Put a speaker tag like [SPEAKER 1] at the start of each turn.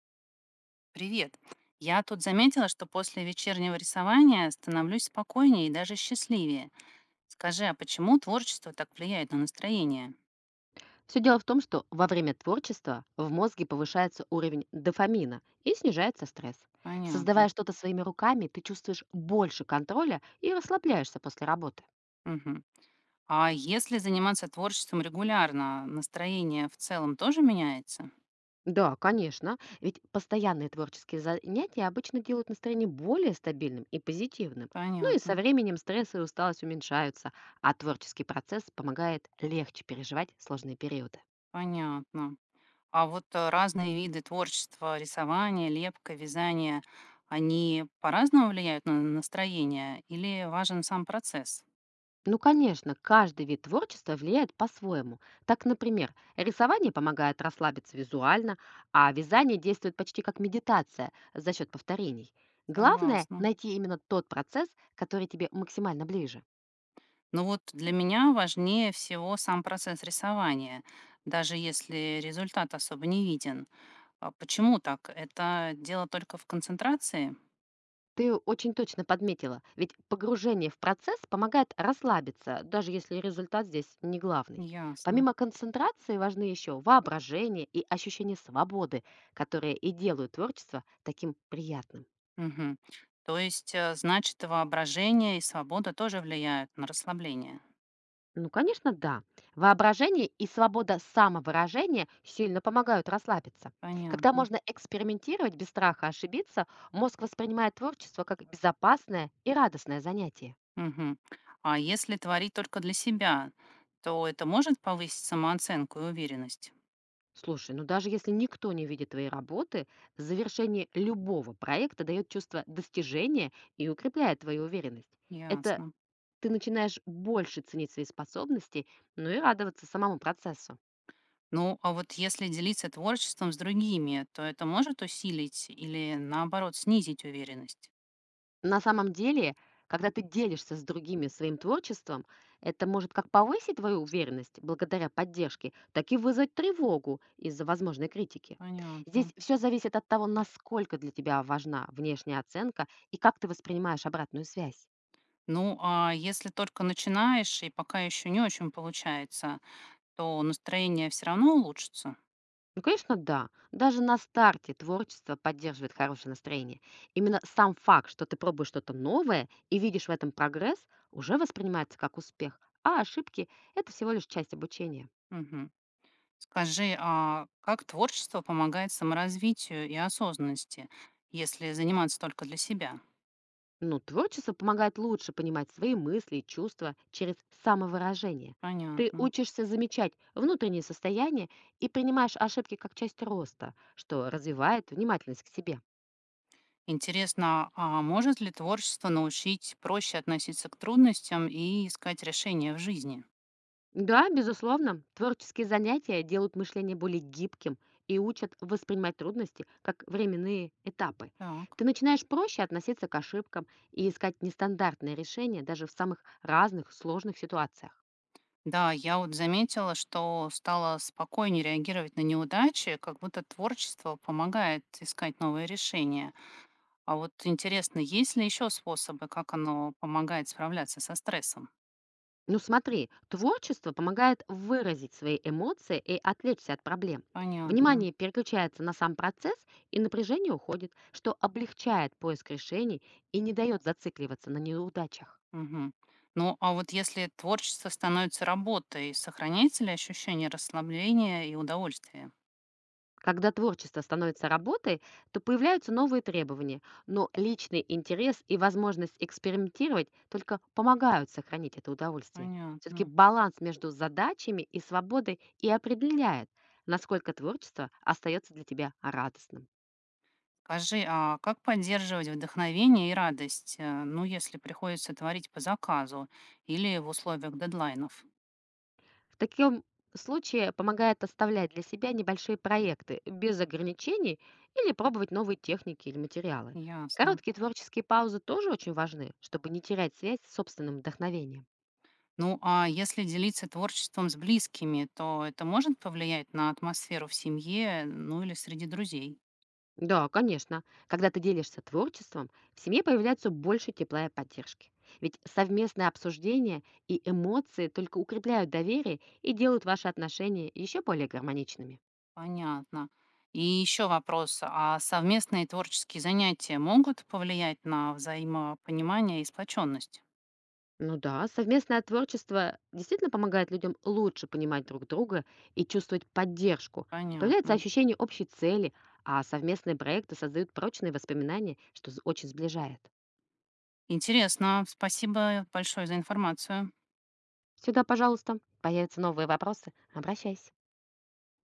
[SPEAKER 1] Привет. Я тут заметила, что после вечернего рисования становлюсь спокойнее и даже счастливее. Скажи, а почему творчество так влияет на настроение?
[SPEAKER 2] Все дело в том, что во время творчества в мозге повышается уровень дофамина и снижается стресс.
[SPEAKER 1] Понятно.
[SPEAKER 2] Создавая что-то своими руками, ты чувствуешь больше контроля и расслабляешься после работы.
[SPEAKER 1] Мгм. А если заниматься творчеством регулярно, настроение в целом тоже меняется?
[SPEAKER 2] Да, конечно, ведь постоянные творческие занятия обычно делают настроение более стабильным и позитивным. Ну и со
[SPEAKER 1] Понятно,
[SPEAKER 2] временем стресс и усталость уменьшаются, а творческий процесс помогает легче переживать сложные периоды.
[SPEAKER 1] понятно. А вот разные виды творчества, рисование, лепка, вязание, они по-разному влияют на настроение или важен сам процесс?
[SPEAKER 2] Ну, конечно, каждый вид творчества влияет по-своему. Так, например, рисование помогает расслабиться визуально, а вязание действует почти как медитация за счет повторений. Главное–
[SPEAKER 1] Согласна.
[SPEAKER 2] найти именно тот процесс, который тебе максимально ближе.
[SPEAKER 1] Но вот для меня важнее всего сам процесс рисования, даже если результат особо не виден. А почему так? Это дело только в концентрации?
[SPEAKER 2] Ты очень точно подметила, ведь погружение в процесс помогает расслабиться, даже если результат здесь не главный.
[SPEAKER 1] Ясно.
[SPEAKER 2] Помимо концентрации важны еще воображение и ощущение свободы, которые и делают творчество таким приятным.
[SPEAKER 1] Мгм. То есть, значит, воображение и свобода тоже влияют на расслабление.
[SPEAKER 2] Ну, конечно, да. Воображение и свобода самовыражения сильно помогают расслабиться. Когда
[SPEAKER 1] Понятно.
[SPEAKER 2] можно экспериментировать без страха ошибиться, мозг воспринимает творчество как безопасное и радостное занятие.
[SPEAKER 1] Мгм. А если творить только для себя, то это может повысить самооценку и уверенность?
[SPEAKER 2] Слушай, ну даже если никто не видит твоей работы, завершение любого проекта дает чувство достижения и укрепляет твою уверенность. Это
[SPEAKER 1] Ясно.
[SPEAKER 2] ты начинаешь больше ценить свои способности, ну и радоваться самому процессу.
[SPEAKER 1] Ну, а вот если делиться творчеством с другими, то это может усилить или, наоборот, снизить уверенность?
[SPEAKER 2] На самом деле, когда ты делишься с другими своим творчеством, это может как повысить твою уверенность благодаря поддержке, так и вызвать тревогу из-за возможной критики. Здесь
[SPEAKER 1] Понятно.
[SPEAKER 2] все зависит от того, насколько для тебя важна внешняя оценка и как ты воспринимаешь обратную связь.
[SPEAKER 1] Ну, а если только начинаешь и пока еще не очень получается, то настроение все равно улучшится?
[SPEAKER 2] Ну, конечно, да. Даже на старте творчество поддерживает хорошее настроение. Именно сам факт, что ты пробуешь что-то новое и видишь в этом прогресс, уже воспринимается как успех, а ошибки– это всего лишь часть обучения.
[SPEAKER 1] Мгм. Скажи, а как творчество помогает саморазвитию и осознанности, если заниматься только для себя?
[SPEAKER 2] Ну, творчество помогает лучше понимать свои мысли и чувства через самовыражение. Ты
[SPEAKER 1] Понятно.
[SPEAKER 2] учишься замечать внутренние состояния и принимаешь ошибки как часть роста, что развивает внимательность к себе.
[SPEAKER 1] Интересно, а может ли творчество научить проще относиться к трудностям и искать решения в жизни?
[SPEAKER 2] Да, безусловно, творческие занятия делают мышление более гибким и учат воспринимать трудности как временные этапы.
[SPEAKER 1] Так.
[SPEAKER 2] Ты начинаешь проще относиться к ошибкам и искать нестандартные решения даже в самых разных сложных ситуациях.
[SPEAKER 1] Да, я вот заметила, что стала спокойнее реагировать на неудачи, как будто творчество помогает искать новые решения. А вот интересно, есть ли еще способы, как оно помогает справляться со стрессом?
[SPEAKER 2] Ну смотри, творчество помогает выразить свои эмоции и отвлечься от проблем.
[SPEAKER 1] Понятно.
[SPEAKER 2] Внимание переключается на сам процесс, и напряжение уходит, что облегчает поиск решений и не дает зацикливаться на неудачах.
[SPEAKER 1] Мгм. Ну, а вот если творчество становится работой, сохраняется ли ощущение расслабления и удовольствия?
[SPEAKER 2] Когда творчество становится работой, то появляются новые требования, но личный интерес и возможность экспериментировать только помогают сохранить это удовольствие. Все-таки
[SPEAKER 1] Понятно.
[SPEAKER 2] баланс между задачами и свободой и определяет, насколько творчество остается для тебя радостным.
[SPEAKER 1] Скажи, а как поддерживать вдохновение и радость, ну, если приходится творить по заказу или в условиях дедлайнов?
[SPEAKER 2] В таком случае помогает оставлять для себя небольшие проекты без ограничений или пробовать новые техники или материалы.
[SPEAKER 1] Ясно.
[SPEAKER 2] Короткие творческие паузы тоже очень важны, чтобы не терять связь с собственным вдохновением.
[SPEAKER 1] Ну, а если делиться творчеством с близкими, то это может повлиять на атмосферу в семье, ну или среди друзей?
[SPEAKER 2] Да, конечно. Когда ты делишься творчеством, в семье появляется больше тепла и поддержки. Ведь совместное обсуждение и эмоции только укрепляют доверие и делают ваши отношения еще более гармоничными.
[SPEAKER 1] Понятно. И еще вопрос, а совместные творческие занятия могут повлиять на взаимопонимание и сплоченность?
[SPEAKER 2] Ну да, совместное творчество действительно помогает людям лучше понимать друг друга и чувствовать поддержку. Появляется
[SPEAKER 1] Понятно.
[SPEAKER 2] ощущение общей цели, а совместные проекты создают прочные воспоминания, что очень сближает.
[SPEAKER 1] Интересно. Спасибо большое за информацию.
[SPEAKER 2] Всегда, пожалуйста, появятся новые вопросы, обращайся.